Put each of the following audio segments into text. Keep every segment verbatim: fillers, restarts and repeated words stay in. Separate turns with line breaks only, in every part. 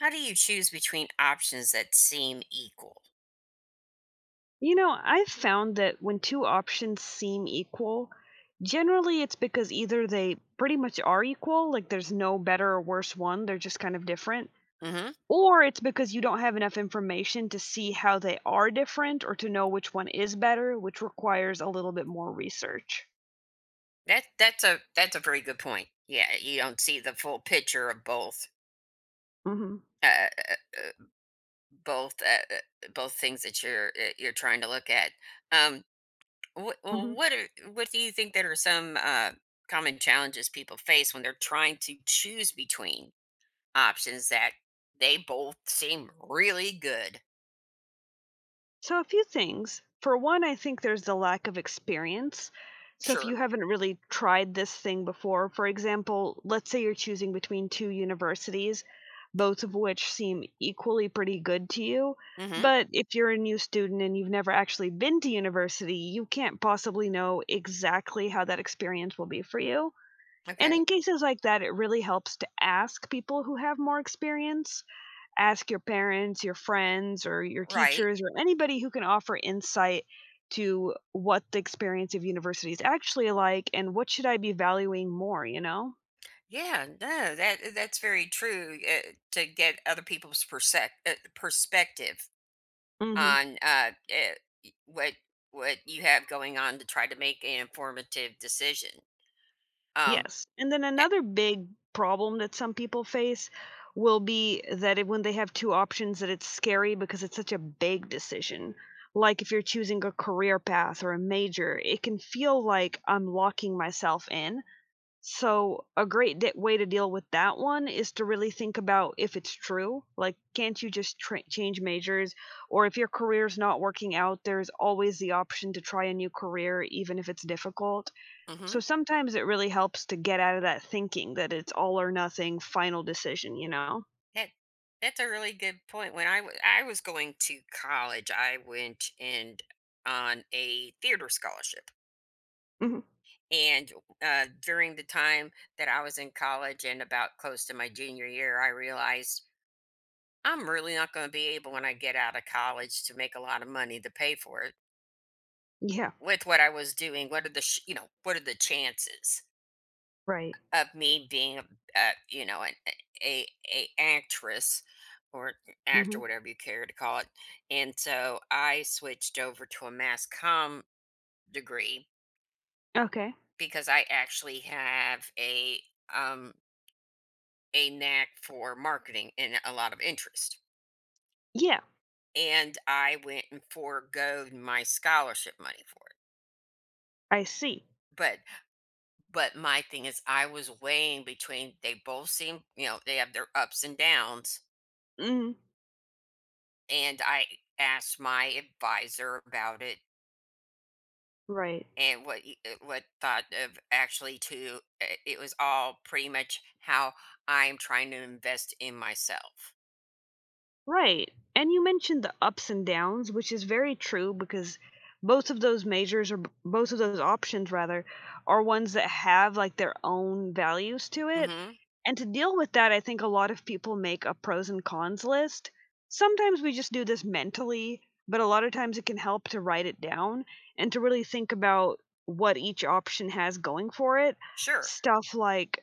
How do you choose between options that seem equal?
You know, I've found that when two options seem equal, generally it's because either they pretty much are equal, like there's no better or worse one, they're just kind of different,
Mhm.
or it's because you don't have enough information to see how they are different or to know which one is better, which requires a little bit more research.
That that's a that's a very good point. Yeah, you don't see the full picture of both
Mhm.
uh, uh, uh, both uh, uh, both things that you're uh, you're trying to look at. Um what
Mhm.
what are, what do you think that are some uh, common challenges people face when they're trying to choose between options that they both seem really good?
So, a few things. For one, I think there's the lack of experience. So, if you
Sure.
haven't really tried this thing before, for example, let's say you're choosing between two universities, both of which seem equally pretty good to you.
Mhm.
But if you're a new student and you've never actually been to university, you can't possibly know exactly how that experience will be for you. And in
Okay.
cases like that, it really helps to ask people who have more experience, ask your parents, your friends, or your
Right.
teachers, or anybody who can offer insight to what the experience of university is actually like and what should I be valuing more, you know?
Yeah, no, that uh, that's very true. Uh, to get other people's persec- uh, perspective
Mhm.
on uh, uh, y- what what you have going on to try to make an informative decision. Um,
Yes. And then another big problem that some people face will be that it, when they have two options that it's scary because it's such a big decision. Like if you're choosing a career path or a major, it can feel like I'm locking myself in. So, a great d way to deal with that one is to really think about if it's true. Like, can't you just tra change majors? Or if your career's not working out, there's always the option to try a new career, even if it's difficult. So,
mm
sometimes it really helps to get out of that thinking that it's all or nothing final decision, you know?
that that's a really good point. When I wa- I was going to college, I went and on a theater scholarship,
Mhm.
and uh, during the time that I was in college and about close to my junior year, I realized I'm really not going to be able when I get out of college to make a lot of money to pay for it
Yeah,
with what I was doing. What are the sh- you know what are the chances
right.
of me being a, a you know an, a a actress or actor,
Mhm.
whatever you care to call it? And so I switched over to a mass comm degree
Okay.
because I actually have a um a knack for marketing and a lot of interest.
Yeah,
And I went and foregoed my scholarship money for it.
I see.
But but my thing is I was weighing between, they both seem, you know, they have their ups and downs,
Mhm.
and I asked my advisor about it
Right.
and what he- uh, what thought of, actually, to uh, it was all pretty much how I'm trying to invest in myself.
Right, and you mentioned the ups and downs, which is very true because both of those majors or b- both of those options rather are ones that have like their own values to it.
Hmm.
And to deal with that, I think a lot of people make a pros and cons list. Sometimes we just do this mentally, but a lot of times it can help to write it down and to really think about what each option has going for it.
Sure.
Stuff like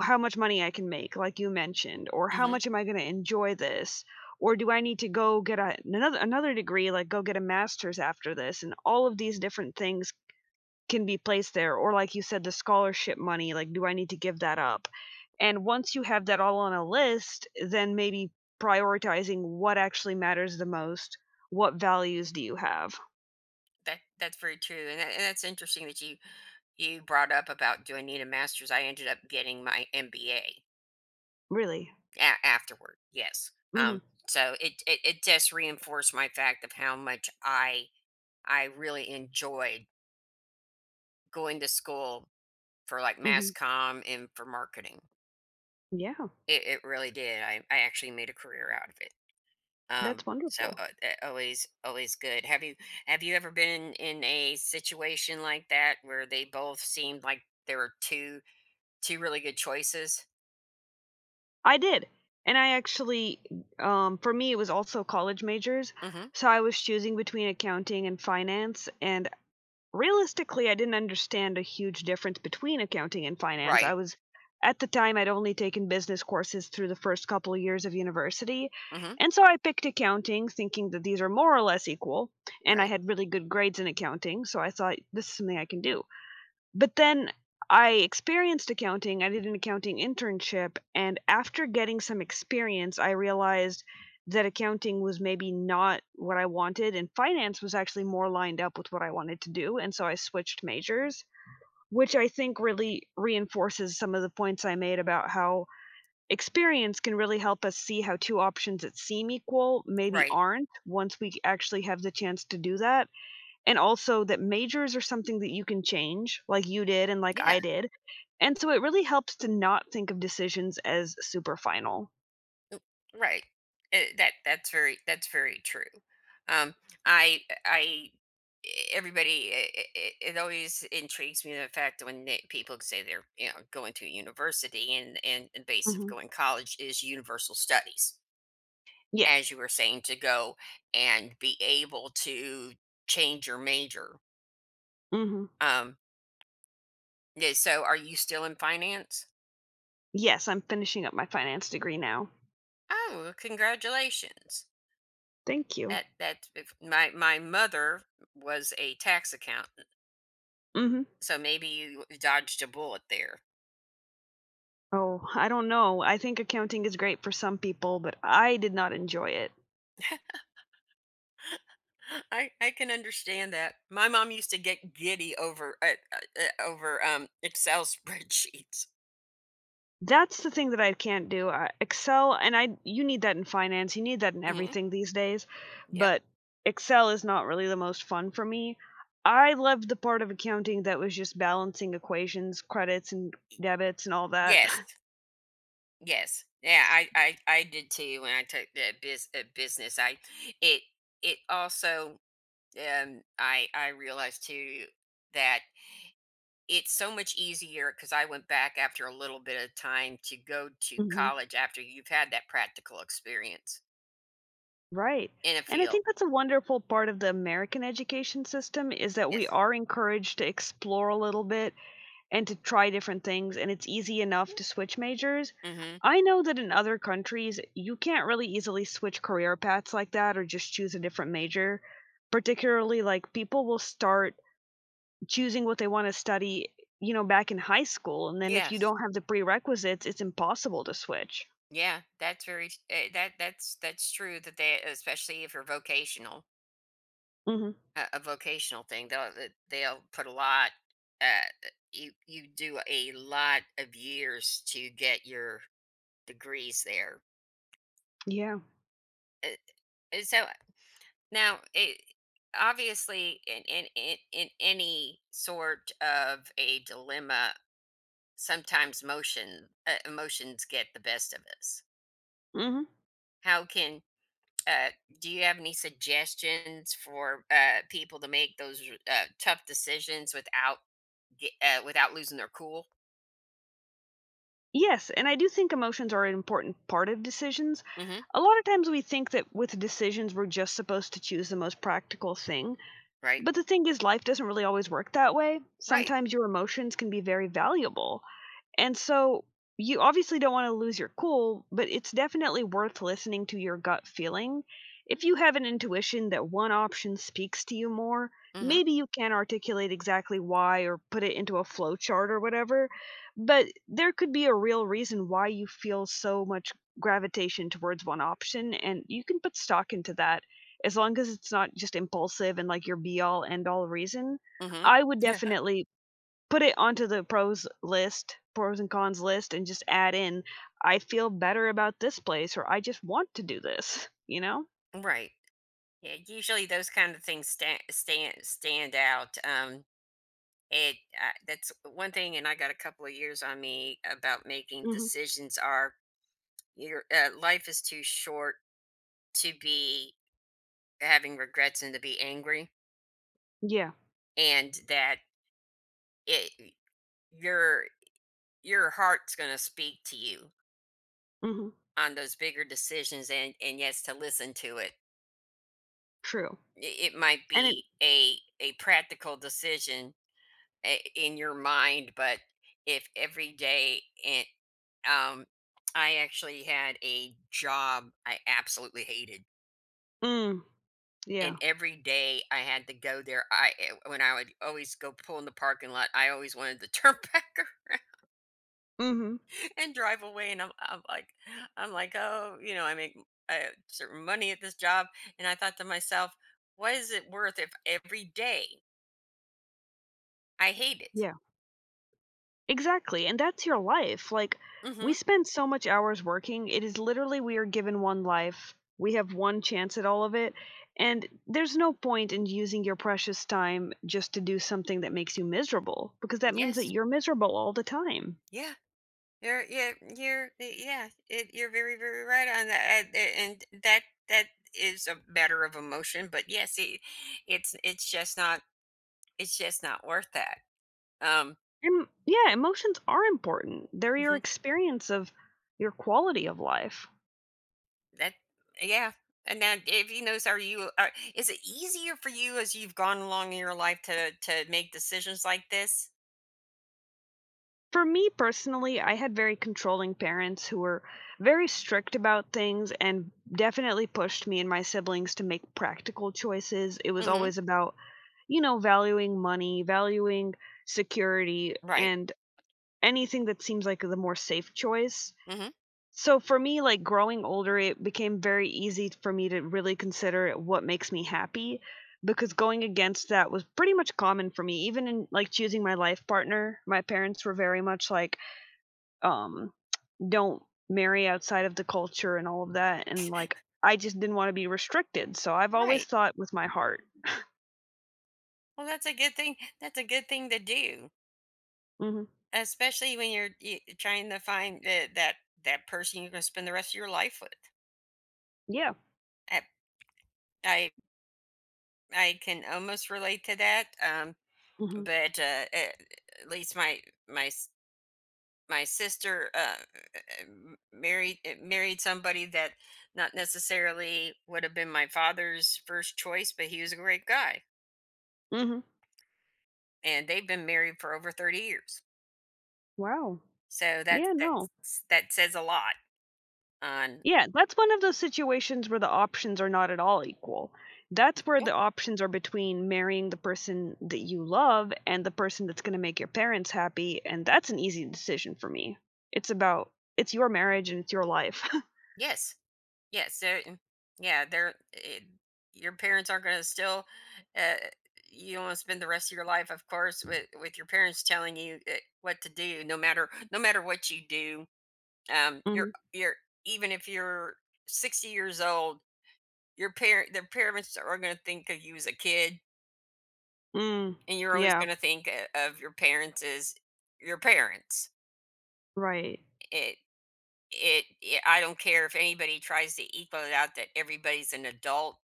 how much money I can make, like you mentioned, or how
Hmm.
much am I going to enjoy this? Or do I need to go get a, another another degree, like go get a master's after this? And all of these different things can be placed there. Or like you said, the scholarship money, like do I need to give that up? And once you have that all on a list, then maybe prioritizing what actually matters the most. What values do you have?
That that's very true, and that, and that's interesting that you you brought up about, do I need a master's? I ended up getting my MBA.
Really?
A- afterward, yes.
Hmm.
Um, so it, it it just reinforced my fact of how much I I really enjoyed going to school for like
Hmm.
mass comm and for marketing.
Yeah,
It, it really did. I, I actually made a career out of it.
that's
Um, so
wonderful.
uh, uh, always always good. Have you have you ever been in a situation like that where they both seemed like there were two two really good choices?
I did, and I actually, um, for me, it was also college majors,
Hmm.
so I was choosing between accounting and finance, and realistically, I didn't understand a huge difference between accounting and finance. I
Right.
was At the time, I'd only taken business courses through the first couple of years of university,
Hmm.
and so I picked accounting, thinking that these are more or less equal, and I
Right.
had really good grades in accounting, so I thought, this is something I can do. But then I experienced accounting. I did an accounting internship, and after getting some experience, I realized that accounting was maybe not what I wanted, and finance was actually more lined up with what I wanted to do, and so I switched majors, which I think really reinforces some of the points I made about how experience can really help us see how two options that seem equal maybe
Right.
aren't once we actually have the chance to do that. And also that majors are something that you can change, like you did and like
Yeah.
I did, and so it really helps to not think of decisions as super final.
Right. Uh, that that's very that's very true. Um, I I e, Everybody, it, it, it always intrigues me the fact that when they, people say they're, you know, going to university, and and the base of
Mhm.
going college is universal studies,
Yeah.
as you were saying, to go and be able to change your major.
Mhm.
um yeah, so are you still in finance?
Yes, I'm finishing up my finance degree now.
Oh well, congratulations.
Thank you.
That that's if My my mother was a tax account.
Mhm.
So maybe you dodged a bullet there.
Oh, I don't know. I think accounting is great for some people, but I did not enjoy it.
I I can understand that. My mom used to get giddy over uh, uh, uh, over um Excel spreadsheets.
That's the thing that I can't do, I Excel, and I you need that in finance, you need that in
Hmm.
everything these days,
Yep.
but Excel is not really the most fun for me. I loved the part of accounting that was just balancing equations, credits and debits and all that.
Yes. Yes. Yeah. I I I did too when I took the biz, uh, business. I it it also um I I realized too that it's so much easier because I went back after a little bit of time to go to
Mhm.
college after you've had that practical experience
Right,
in a
and I
field.
think that's a wonderful part of the American education system is that we
Yes.
are encouraged to explore a little bit and to try different things, and it's easy enough to switch majors.
Mm-hmm.
I know that in other countries, you can't really easily switch career paths like that or just choose a different major. Particularly, like, people will start choosing what they want to study, you know, back in high school, and then if you
Yes.
don't have the prerequisites, it's impossible to switch.
Yeah. That's very s- eh, that that's that's true that they, especially if you're vocational,
Mhm.
a, a vocational thing, they'll eh, they'll put a lot uh you you do a lot of years to get your degrees there.
Yeah.
Eh, eh, So now it, obviously in in in, in any sort of a dilemma, sometimes motion uh, emotions get the best of us.
Mhm.
How can Uh, do you have any suggestions for uh, people to make those uh, tough decisions without ge- uh, without losing their cool?
Yes, and I do think emotions are an important part of decisions.
Hmm.
A lot of times we think that with decisions, we're just supposed to choose the most practical thing.
Right.
But the thing is, life doesn't really always work that way.
Right.
Sometimes your emotions can be very valuable. And so you obviously don't want to lose your cool, but it's definitely worth listening to your gut feeling. If you have an intuition that one option speaks to you more,
Hmm.
maybe you can articulate exactly why or put it into a flow chart or whatever, but there could be a real reason why you feel so much gravitation towards one option and you can put stock into that. As long as it's not just impulsive and like your be all end all reason,
Hmm.
I would definitely put it onto the pros list, pros and cons list, and just add in, I feel better about this place or I just want to do this, you know?
Right. Yeah. Usually, those kind of things stand stand stand out. Um, it uh, That's one thing, and I got a couple of years on me about making
Mhm.
decisions. Are your uh, Life is too short to be having regrets and to be angry,
Yeah.
and that it your your heart's going to speak to you
Mhm.
on those bigger decisions, and and yes, to listen to it.
True.
I- it might
And it
be a a practical decision i- in your mind, but if every day and um I actually had a job I absolutely hated,
Mm, yeah.
and every day I had to go there, i eh, when I would always go pull in the parking lot, I always wanted to turn back around
Mhm.
and drive away, and I'm, I'm like, i'm like oh, you know, I make a certain money at this job, and I thought to myself, what is it worth if every day I hate it?
Yeah. Exactly, and that's your life, like, we
Mm-hmm.
spend so much hours working, it is literally we are given one life, we have one chance at all of it, and there's no point in using your precious time just to do something that makes you miserable, because that means that
yes
you're miserable all the time.
yeah you're yeah you're yeah it, you're very very right on that, and and that that is a matter of emotion, but yes, it, it's it's just not, it's just not worth that. um
And yeah, emotions are important, they're your experience of your quality of life.
That yeah. And now if he knows, are you, are is it easier for you as you've gone along in your life to to make decisions like this?
For me personally, I had very controlling parents who were very strict about things and definitely pushed me and my siblings to make practical choices. It was
Hmm.
always about, you know, valuing money, valuing security,
Right.
and anything that seems like the more safe choice.
Hmm.
So for me, like growing older, it became very easy for me to really consider what makes me happy because going against that was pretty much common for me. Even in like choosing my life partner, my parents were very much like, um, don't marry outside of the culture and all of that, and, like, I just didn't wanna be restricted, so I've always
Right.
thought with my heart.
Well, that's a good thing. That's a good thing to do,
Mhm.
especially when you're y- trying to find the, that that person you're going to spend the rest of your life with.
Yeah.
I I, I can almost relate to that. Um,
Mhm.
but uh, at at least my my my sister, uh, eh, eh, m- married uh, married somebody that not necessarily would have been my father's first choice, but he was a great guy,
Mhm.
and they've been married for over thirty years.
Wow.
So that's
Yeah, no.
that's that says a lot. On
Yeah, that's one of those situations where the options are not at all equal. That's where the
Oh,
options are between marrying the person that you love and the person that's gonna make your parents happy, and that's an easy decision for me. It's about it's your marriage and it's your life.
yes, yes, so mm, yeah, they're eh, your parents aren't going to still. Uh, you don't want to spend the rest of your life, of course, with with your parents telling you eh, what to do, no matter no matter what you do. Um, you're
Mhm.
you're Even if you're sixty years old, your parent their parents are going to think of you as a kid,
Mm.
and you're always
Yeah.
going to think o- of your parents as your parents.
Right.
It, it it I don't care if anybody tries to equal it out that everybody's an adult.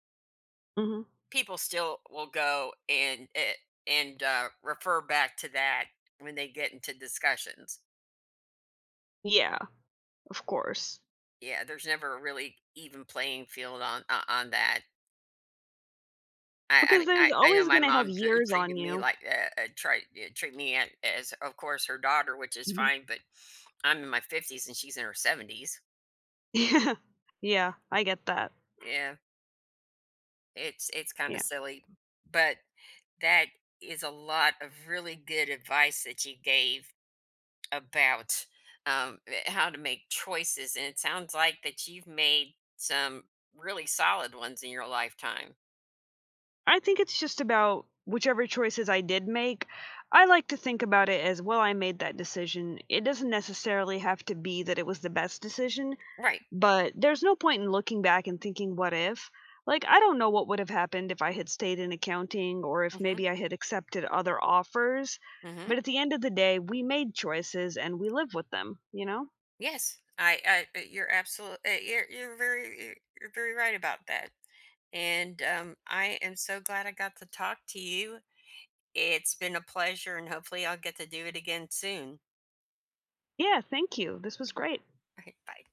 Mhm.
People still will go and eh, and uh, refer back to that when they get into discussions.
Yeah, of course.
Yeah, there's never a really even playing field on uh, on that. I I
Because
mean,
there's
I I know
always
my
gonna have
mom t
years on
treated me
you.
like, uh, uh, tried to treat me a as, of course, her daughter, which is
Mhm.
fine, but I'm in my fifties and she's in her seventies.
Yeah. Yeah, I get that.
Yeah, it's it's kinda
Yeah.
silly, but that is a lot of really good advice that you gave about, um, eh, how to make choices, and it sounds like that you've made some really solid ones in your lifetime.
I think it's just about whichever choices I did make, I like to think about it as, "Well, I made that decision." It doesn't necessarily have to be that it was the best decision,
Right.
but there's no point in looking back and thinking, "What if?" Like, I don't know what would have happened if I had stayed in accounting or if
Mhm.
maybe I had accepted other offers,
Mhm.
but at the end of the day, we made choices and we live with them, you know?
Yes, I, I, you're absolutely, you're you're very you're you're very right about that. And um, I am so glad I got to talk to you. It's been a pleasure, and hopefully, I'll get to do it again soon.
Yeah, thank you. This was great.
All right, bye.